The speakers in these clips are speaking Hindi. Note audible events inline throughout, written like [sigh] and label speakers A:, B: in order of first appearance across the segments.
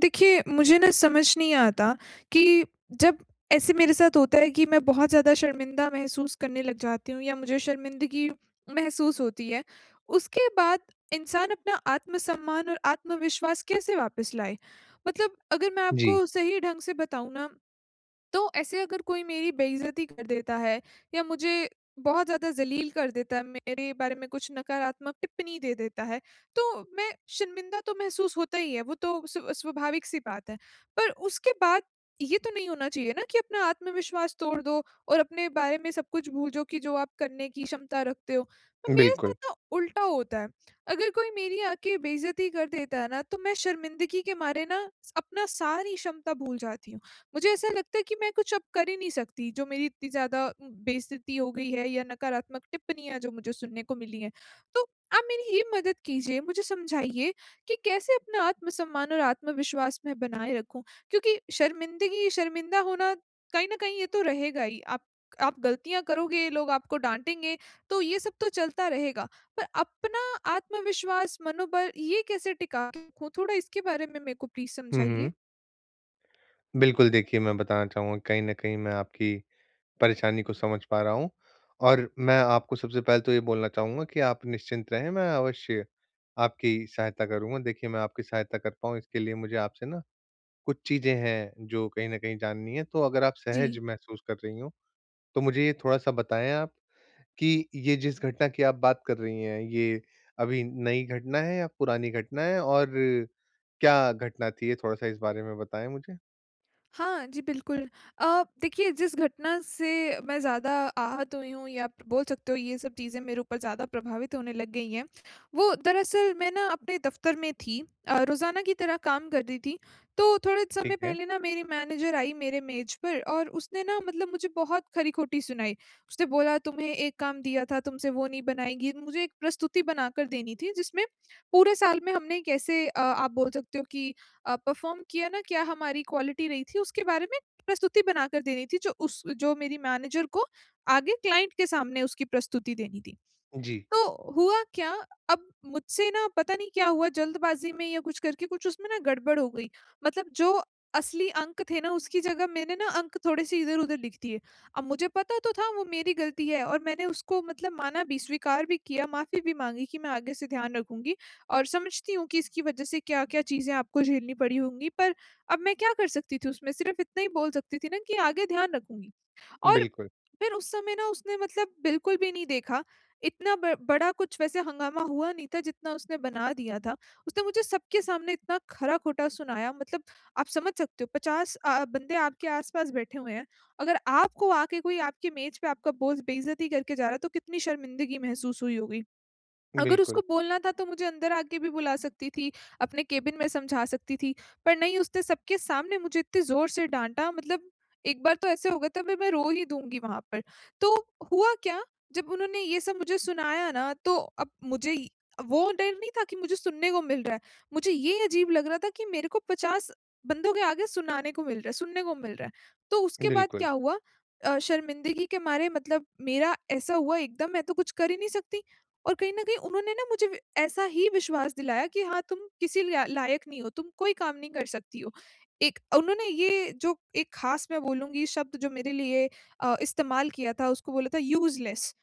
A: देखिए, मुझे ना समझ नहीं आता कि जब ऐसे मेरे साथ होता है कि मैं बहुत ज़्यादा शर्मिंदा महसूस करने लग जाती हूँ या मुझे शर्मिंदगी महसूस होती है, उसके बाद इंसान अपना आत्मसम्मान और आत्मविश्वास कैसे वापस लाए? मतलब अगर मैं
B: जी,
A: आपको सही ढंग से बताऊँ ना तो ऐसे अगर कोई मेरी बेइज़्ज़ती कर देता है या मुझे बहुत ज़्यादा ज़लील कर देता है, मेरे बारे में कुछ नकारात्मक टिप्पणी दे देता है, तो मैं शर्मिंदा तो महसूस होता ही है, वो तो स्वाभाविक-सी बात है। पर उसके बाद ये तो नहीं होना चाहिए ना कि अपना आत्मविश्वास तोड़ दो और अपने बारे में सब कुछ भूल जाओ कि जो आप करने की क्षमता रखते हो। तो मेरे
B: बिल्कुल।
A: साथ ना उल्टा होता है, अगर कोई मेरी आके बेइज़्ज़ती कर देता है ना, तो मैं शर्मिंदगी के मारे ना अपना सारी क्षमता भूल जाती हूँ। मुझे ऐसा लगता है कि मैं कुछ अब कर ही नहीं सकती, जो मेरी इतनी ज़्यादा बेइज़्ज़ती हो गई है या नकारात्मक टिप्पणियाँ जो मुझे सुनने को मिली हैं। तो आप मेरी ये मदद कीजिए, मुझे समझाइए कि कैसे अपना आत्मसम्मान और आत्मविश्वास मैं बनाए रखूँ? क्योंकि शर्मिंदगी शर्मिंदा होना कहीं न कहीं ये तो रहेगा ही। आप गलतियाँ करोगे, लोग आपको डाँटेंगे, तो ये सब तो चलता रहेगा। पर अपना आत्मविश्वास, मनोबल ये कैसे टिका के रखूँ? थोड़ा इसके बारे में मेरे को प्लीज़
B: हुँ,
A: समझाइए।
B: हुँ। बिल्कुल, देखिए मैं बताना चाहूँगा कहीं न कहीं मैं आपकी परेशानी को समझ पा रहा हूँ और मैं आपको सबसे पहले तो ये बोलना चाहूँगा कि आप निश्चिंत रहें, मैं अवश्य आपकी सहायता करूँगा। देखिए, मैं आपकी सहायता कर पाऊँ इसके लिए मुझे आपसे ना कुछ चीज़ें हैं जो कहीं न कहीं जाननी है, तो अगर आप
A: जी।
B: सहज महसूस कर रही हों, तो मुझे ये थोड़ा-सा बताएँ आप? कि ये जिस घटना की आप बात कर रही हैं, ये अभी नई घटना है या पुरानी घटना है, और क्या घटना थी ये थोड़ा-सा इस बारे में बताएँ मुझे?
A: हाँ जी, बिल्कुल। देखिए जिस घटना से मैं ज़्यादा आहत हुई हूँ या आप बोल सकते हो ये सब चीज़ें मेरे ऊपर ज़्यादा प्रभावित होने लग गई हैं, वो दरअसल मैं ना अपने दफ़्तर में थी, रोज़ाना की तरह काम कर रही थी। तो थोड़े
B: ठीक
A: समय
B: है।
A: पहले ना मेरी मैनेजर आई मेरे मेज़ पर और उसने ना मतलब मुझे बहुत खरी-खोटी सुनाई। उसने बोला, तुम्हें एक काम दिया था, तुमसे वो नहीं बनाएगी। मुझे एक प्रस्तुति बनाकर देनी थी जिसमें पूरे साल में हमने कैसे, आप बोल सकते हो कि परफ़ॉर्म किया ना, क्या हमारी क्वालिटी रही थी, उसके बारे में प्रस्तुति बनाकर देनी थी, जो उस जो मेरी मैनेजर को आगे क्लाइंट के सामने उसकी प्रस्तुति देनी थी।
B: जी,
A: तो हुआ क्या, अब मुझसे ना पता नहीं क्या हुआ, जल्दबाज़ी में या कुछ करके कुछ उसमें ना गड़बड़ हो गई। मतलब जो असली अंक थे ना, उसकी जगह मैंने ना अंक थोड़े-से इधर-उधर लिख दिए। अब मुझे पता तो था वो मेरी गलती है, और मैंने उसको मतलब माना भी, स्वीकार भी किया, माफ़ी भी माँगी कि मैं आगे से ध्यान रखूँगी और समझती हूँ कि इसकी वज़ह से क्या-क्या चीज़ें आपको झेलनी पड़ी होंगी। पर अब मैं क्या कर सकती थी उसमें? सिर्फ़ इतना ही बोल सकती थी ना कि आगे ध्यान रखूँगी। और
B: बिल्कुल,
A: फिर उस समय ना उसने मतलब बिल्कुल भी नहीं देखा। इतना ब बड़ा कुछ वैसे हंगामा हुआ नहीं था जितना उसने बना दिया था। उसने मुझे सबके सामने इतना खरा-खोटा सुनाया, मतलब आप समझ सकते हो, 50 बंदे आपके आस-पास बैठे हुए हैं। अगर आपको आके कोई, आपके मेज़ पे आपका बॉस बेइज़्ज़ती करके जा रहा है, तो कितनी शर्मिंदगी महसूस हुई होगी। अगर
B: बिल्कुल,
A: उसको बोलना था तो मुझे अंदर आके भी बुला सकती थी, अपने केबिन में समझा सकती थी, पर नहीं, उसने सबके सामने मुझे इतने ज़ोर से डाँटा, मतलब एक बार तो ऐसे हो गया था मैं रो ही दूँगी वहाँ पर। तो हुआ क्या, जब उन्होंने ये सब मुझे सुनाया ना, तो अब मुझे इ वो डर नहीं था कि मुझे सुनने को मिल रहा है, मुझे ये अजीब लग रहा था कि मेरे को 50 बंदों के आगे सुनाने को मिल रहा है, सुनने को मिल रहा है। तो उसके बाद
B: बिल्कुल।
A: क्या हुआ, शर्मिंदगी के मारे मतलब मेरा ऐसा हुआ एकदम, मैं तो कुछ कर ही नहीं सकती। और कहीं न कहीं उन्होंने ना मुझे वि ऐसा ही विश्वास दिलाया कि हाँ, तुम किसी ला लायक नहीं हो, तुम कोई काम नहीं कर सकती हो। एक उन्होंने ये जो एक ख़ास, मैं बोलूँगी, शब्द जो मेरे लिए इस्तेमाल किया था, उसको बोला था यूज़लेस,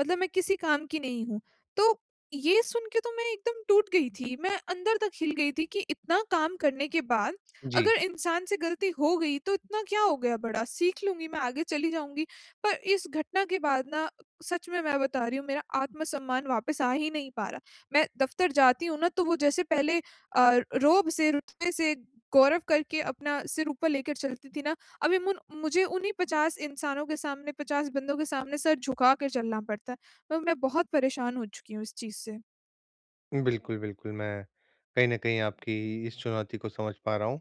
A: मतलब मैं किसी काम की नहीं हूँ। तो ये सुन के तो मैं एकदम टूट गई थी, मैं अंदर तक हिल गई थी कि इतना काम करने के बाद
B: जी,
A: अगर इंसान से गलती हो गई, तो इतना क्या हो गया बड़ा, सीख लूँगी मैं, आगे चली जाऊँगी। पर इस घटना के बाद ना, सच में मैं बता रही हूँ, मेरा आत्मसम्मान वापस आ ही नहीं पा रहा। मैं दफ़्तर जाती हूँ ना, तो वो जैसे पहले रोब से, रुतबे से, गौरव करके अपना सिर ऊपर लेकर चलती थी ना, अभी मुन मुझे उन्हीं 50 इंसानों के सामने, 50 बंदों के सामने सर झुका कर चलना पड़ता है। तो मैं बहुत परेशान हो चुकी हूँ इस चीज़ से।
B: बिल्कुल, बिल्कुल, मैं कहीं न कहीं आपकी इस चुनौती को समझ पा रहा हूँ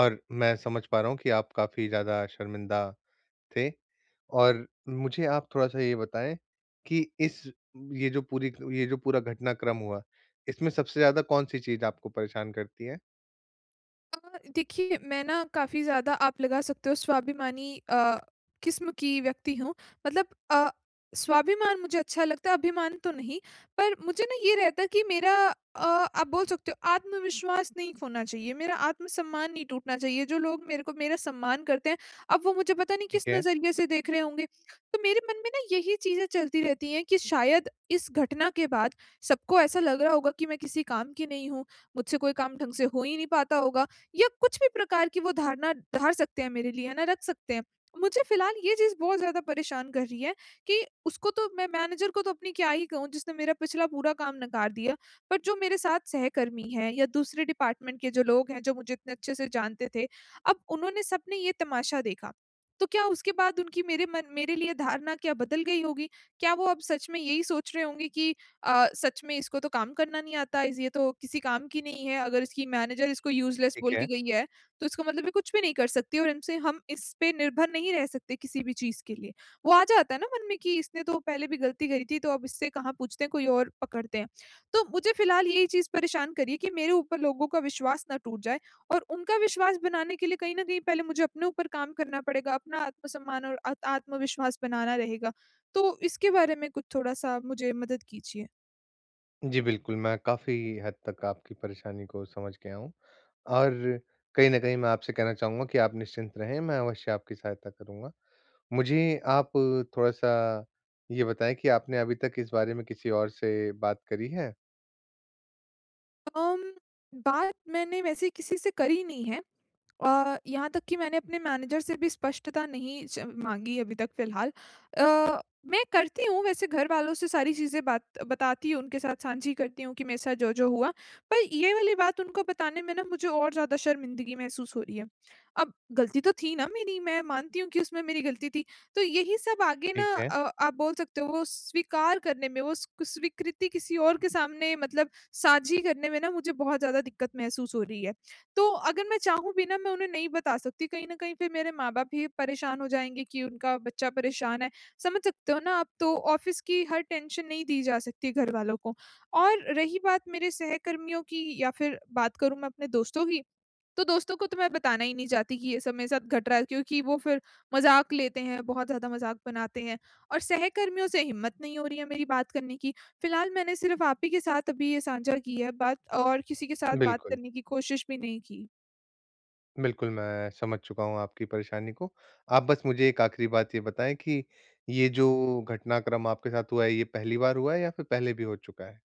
B: और मैं समझ पा रहा हूँ कि आप काफ़ी ज़्यादा शर्मिंदा थे। और मुझे आप थोड़ा-सा ये बताएँ कि इस ये जो पूरी ये जो पूरा घटनाक्रम हुआ, इसमें सबसे ज़्यादा कौन-सी चीज़ आपको परेशान करती है?
A: अ, देखिए, मैं ना काफ़ी ज़्यादा, आप लगा सकते हो, स्वाभिमानी किस्म की व्यक्ति हूँ। मतलब अ, स्वाभिमान मुझे अच्छा लगता है, अभिमान तो नहीं। पर मुझे ना ये रहता है कि मेरा, अ, आप बोल सकते हो, आत्मविश्वास नहीं खोना चाहिए, मेरा आत्मसम्मान नहीं टूटना चाहिए। जो लोग मेरे को, मेरा सम्मान करते हैं, अब वो मुझे पता नहीं किस
B: ठीक है,
A: नज़रिए से देख रहे होंगे। तो मेरे मन में ना यही चीज़ें चलती रहती हैं कि शायद इस घटना के बाद सबको ऐसा लग रहा होगा कि मैं किसी काम की नहीं हूँ, मुझसे कोई काम ढंग से हो ही नहीं पाता होगा। या कुछ भी प्रकार की वो धारणा धार सकते हैं मेरे लिए, है ना? रख सकते हैं। मुझे फ़िलहाल ये चीज़ बहुत ज़्यादा परेशान कर रही है कि उसको तो, मैं मैनेजर को तो अपनी क्या ही कहूँ, जिसने मेरा पिछला पूरा काम नकार दिया, बट जो मेरे साथ सहकर्मी हैं, या दूसरे डिपार्टमेंट के जो लोग हैं, जो मुझे इतने अच्छे से जानते थे, अब उन्होंने सबने ये तमाशा देखा। तो क्या उसके बाद उनकी मेरे लिए धारणा क्या बदल गई होगी? क्या वो अब सच में यही सोच रहे होंगे कि सच में इसको तो काम करना नहीं आता, इस ये तो किसी काम की नहीं है, अगर इसकी मैनेजर इसको यूज़लेस
B: ठीक
A: बोल
B: है।
A: के गई है, तो इसका मतलब ये कुछ भी नहीं कर सकती, और इनसे, हम इस पे निर्भर नहीं रह सकते किसी भी चीज़ के लिए। वो आ जाता है ना मन में कि इसने तो पहले भी गलती करी थी, तो अब इससे कहाँ पूछते हैं, कोई और पकड़ते हैं। तो मुझे फ़िलहाल यही चीज़ परेशान कर रही है कि मेरे ऊपर लोगों का विश्वास ना टूट जाए, और उनका विश्वास बनाने के लिए कहीं न कहीं पहले मुझे अपने ऊपर काम करना पड़ेगा, अपना आत्मसम्मान और आत आत्मविश्वास बनाना रहेगा। तो इसके बारे में कुछ थोड़ा-सा मुझे मदद कीजिए।
B: जी, बिल्कुल, मैं काफ़ी हद तक आपकी परेशानी को समझ गया हूँ और कहीं न कहीं मैं आपसे कहना चाहूँगा कि आप निश्चिंत रहें, मैं अवश्य आपकी सहायता करूँगा। मुझे आप थोड़ा-सा ये बताएँ कि आपने अभी तक इस बारे में किसी और से बात करी है?
A: अम, बात मैंने वैसे किसी से करी नहीं है। यहाँ तक कि मैंने अपने मैनेजर से भी स्पष्टता नहीं च माँगी अभी तक फ़िलहाल। अ, मैं करती हूँ वैसे, घर वालों से सारी चीज़ें बात बताती हूँ, उनके साथ साँझी करती हूँ कि मेरे साथ जो-जो हुआ। पर ये वाली बात उनको बताने में ना मुझे और ज़्यादा शर्मिंदगी महसूस हो रही है। अब गलती तो थी ना मेरी, मैं मानती हूँ कि उसमें मेरी गलती थी। तो यही सब आगे ना,
B: ठीक है,
A: आप बोल सकते हो, वो स्वीकार करने में, वो स स्वीकृति किसी और के सामने मतलब साझी करने में ना, मुझे बहुत ज़्यादा दिक्कत महसूस हो रही है। तो अगर मैं चाहूँ भी ना, मैं उन्हें नहीं बता सकती। कहीं न कहीं फिर मेरे माँ-बाप भी परेशान हो जाएँगे कि उनका बच्चा परेशान है। समझ सकते हो ना आप? तो ऑफ़िस की हर टेंशन नहीं दी जा सकती घरवालों को। और रही बात मेरे सहकर्मियों की, या फिर बात करूँ मैं अपने दोस्तों की, तो दोस्तों को तो मैं बताना ही नहीं चाहती कि ये सब मेरे साथ घट रहा है, क्योंकि वो फिर मज़ाक लेते हैं, बहुत ज़्यादा मज़ाक बनाते हैं। और सहकर्मियों से हिम्मत नहीं हो रही है मेरी बात करने की। फ़िलहाल मैंने सिर्फ़ आप ही के साथ अभी ये साझा की है बात, और किसी के साथ बात
B: बिल्कुल।
A: करने की कोशिश भी नहीं की।
B: बिल्कुल, मैं समझ चुका हूँ आपकी परेशानी को। आप बस मुझे एक आखिरी बात ये बताएँ कि ये जो घटनाक्रम आपके साथ हुआ है, ये पहली बार हुआ है या फिर पहले भी हो चुका है?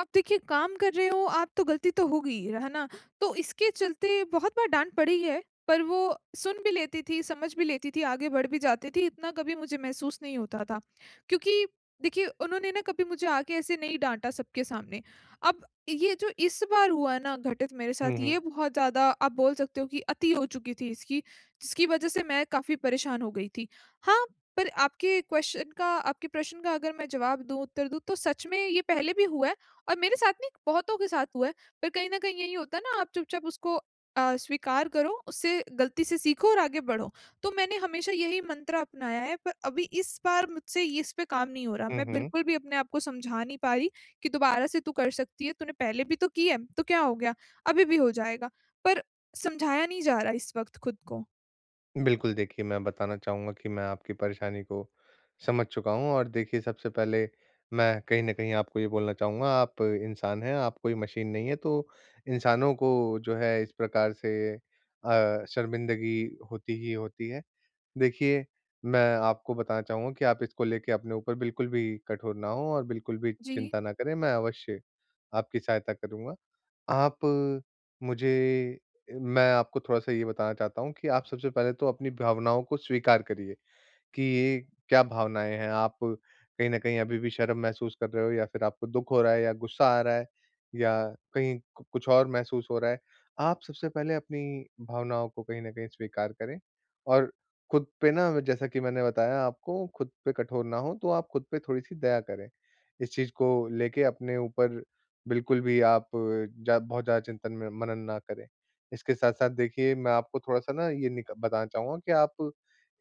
A: अब देखिए, काम कर रहे हो आप तो गलती तो होगी, है ना? तो इसके चलते बहुत बार डाँट पड़ी है, पर वो सुन भी लेती थी, समझ भी लेती थी, आगे बढ़ भी जाती थी, इतना कभी मुझे महसूस नहीं होता था। क्योंकि देखिए, उन्होंने ना कभी मुझे आके ऐसे नहीं डाँटा सबके सामने। अब ये जो इस बार हुआ ना घटित मेरे
B: हुँ,
A: साथ,
B: हुँ।
A: ये बहुत ज़्यादा, आप बोल सकते हो कि अति हो चुकी थी इसकी, जिसकी वज़ह से मैं काफ़ी परेशान हो गई थी। हाँ, पर आपके क्वेश्चन का, आपके प्रश्न का अगर मैं जवाब दूँ, उत्तर दूँ, तो सच में ये पहले भी हुआ है। और मेरे साथ नहीं, बहुतों के साथ हुआ है, पर कहीं न कहीं यही होता है ना, आप चुपचाप उसको स्वीकार करो, उससे, गलती से, सीखो और आगे बढ़ो। तो मैंने हमेशा यही मंत्र अपनाया है, पर अभी इस बार मुझसे ये, इस पे काम नहीं हो रहा।
B: हुँ,
A: मैं
B: हुँ।
A: बिल्कुल भी अपने आप को समझा नहीं पा रही कि दोबारा से तू कर सकती है, तूने पहले भी तो की है, तो क्या हो गया? अभी भी हो जाएगा। पर समझाया नहीं जा रहा इस वक़्त खुद को।
B: बिल्कुल, देखिए मैं बताना चाहूँगा कि मैं आपकी परेशानी को समझ चुका हूँ। और देखिए, सबसे पहले मैं कहीं न कहीं आपको ये बोलना चाहूँगा, आप इंसान हैं, आप कोई मशीन नहीं है। तो इंसानों को जो है इस प्रकार से शर्मिंदगी होती ही होती है। देखिए, मैं आपको बताना चाहूँगा कि आप इसको लेके अपने ऊपर बिल्कुल भी कठोर ना हों और बिल्कुल भी
A: जी,
B: चिंता ना करें, मैं अवश्य आपकी सहायता करूँगा। आप मुझे मैं आपको थोड़ा-सा ये बताना चाहता हूँ कि आप सबसे पहले तो अपनी भावनाओं को स्वीकार करिए। कि ये क्या भावनाएँ हैं? आप कहीं न कहीं अभी भी शर्म महसूस कर रहे हो, या फिर आपको दुःख हो रहा है, या गुस्सा आ रहा है, या कहीं कु कुछ और महसूस हो रहा है? आप सबसे पहले अपनी भावनाओं को कहीं न कहीं स्वीकार करें, और खुद पे ना, जैसा कि मैंने बताया आपको, खुद पे कठोर ना हों, तो आप खुद पे थोड़ी-सी दया करें। इस चीज़ को लेके अपने ऊपर बिल्कुल भी आप जा बहुत ज़्यादा चिंतन में मनन ना करें। इसके साथ-साथ देखिए, मैं आपको थोड़ा-सा ना ये निक बताना चाहूँगा कि आप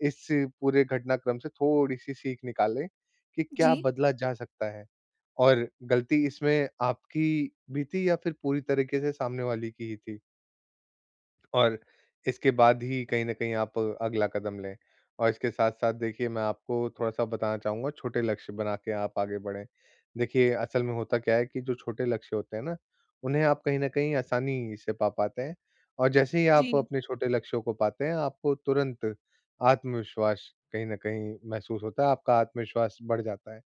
B: इस पूरे घटनाक्रम से थोड़ी-सी सीख निकालें कि क्या
A: जी,
B: बदला जा सकता है? और गलती इसमें आपकी भी थी, या फिर पूरी तरीके से सामने वाले की ही थी? और इसके बाद ही कहीं न कहीं आप अगला कदम लें। और इसके साथ-साथ देखिए, मैं आपको थोड़ा-सा बताना चाहूँगा, छोटे लक्ष्य बना के आप आगे बढ़ें। देखिए, असल में होता क्या है कि जो छोटे लक्ष्य होते हैं ना, उन्हें आप कहीं न कहीं आसानी से पा पाते हैं, और जैसे ही आप
A: जी,
B: अपने छोटे लक्ष्यों को पाते हैं, आपको तुरंत आत्मविश्वास कहीं न कहीं महसूस होता है, आपका आत्मविश्वास बढ़ जाता है।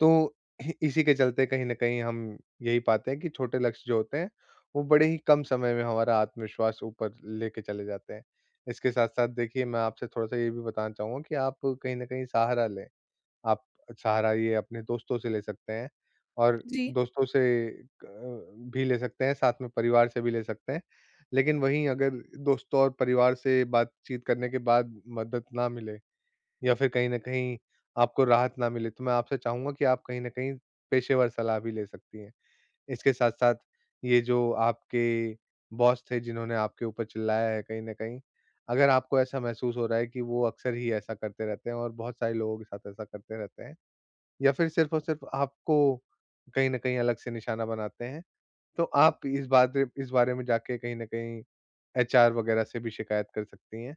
B: तो [laughs] इसी के चलते कहीं न कहीं हम यही पाते हैं कि छोटे लक्ष्य जो होते हैं, वो बड़े ही कम समय में हमारा आत्मविश्वास ऊपर लेके चले जाते हैं। इसके साथ-साथ देखिए, मैं आपसे थोड़ा-सा ये भी बताना चाहूँगा कि आप कहीं न कहीं सहारा लें। आप सहारा ये अपने दोस्तों से ले सकते हैं, और
A: जी,
B: दोस्तों से क भी ले सकते हैं, साथ में परिवार से भी ले सकते हैं। लेकिन वहीं अगर दोस्तों और परिवार से बातचीत करने के बाद मदद ना मिले, या फिर कहीं न कहीं आपको राहत ना मिले, तो मैं आपसे चाहूँगा कि आप कहीं न कहीं पेशेवर सलाह भी ले सकती हैं। इसके साथ-साथ, ये जो आपके बॉस थे जिन्होंने आपके ऊपर चिल्लाया है कहीं न कहीं, अगर आपको ऐसा महसूस हो रहा है कि वो अक्सर ही ऐसा करते रहते हैं और बहुत सारे लोगों के साथ ऐसा करते रहते हैं, या फिर सिर्फ़ और सिर्फ़ आपको कहीं न कहीं अलग से निशाना बनाते हैं, तो आप इस बारे में जाके कहीं न कहीं एचआर वगैरह से भी शिकायत कर सकती हैं।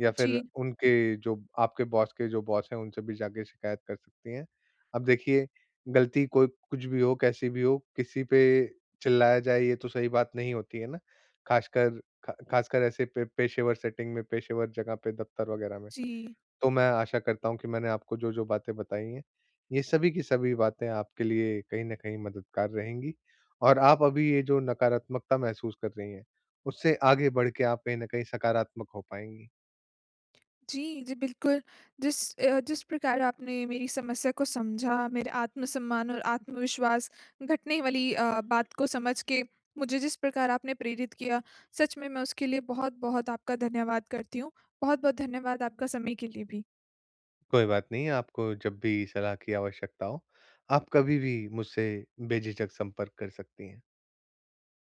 B: या
A: जी,
B: फिर उनके जो आपके बॉस के जो बॉस हैं, उनसे भी जाके शिकायत कर सकती हैं। अब देखिए, गलती कोई कुछ भी हो, कैसी भी हो, किसी पे चिल्लाया जाए, ये तो सही बात नहीं होती है ना, ख़ासकर ख़ासकर ऐसे पे पेशेवर सेटिंग में, पेशेवर जगह पे, दफ़्तर वग़ैरह में।
A: जी।
B: तो मैं आशा करता हूँ कि मैंने आपको जो-जो बातें बताई हैं, ये सभी की सभी बातें आपके लिए कहीं न कहीं मददगार रहेंगी, और आप अभी ये जो नकारात्मकता महसूस कर रही हैं, उससे आगे बढ़ के आप कहीं न कहीं सकारात्मक हो पाएँगी।
A: जी, जी, बिल्कुल। जिस प्रकार आपने मेरी समस्या को समझा, मेरे आत्मसम्मान और आत्मविश्वास घटने वाली बात को समझ के मुझे जिस प्रकार आपने प्रेरित किया, सच में मैं उसके लिए बहुत-बहुत आपका धन्यवाद करती हूँ। बहुत-बहुत धन्यवाद आपका समय के लिए भी।
B: कोई बात नहीं, आपको जब भी सलाह की आवश्यकता हो, आप कभी भी मुझसे बेझिझक संपर्क कर सकती हैं।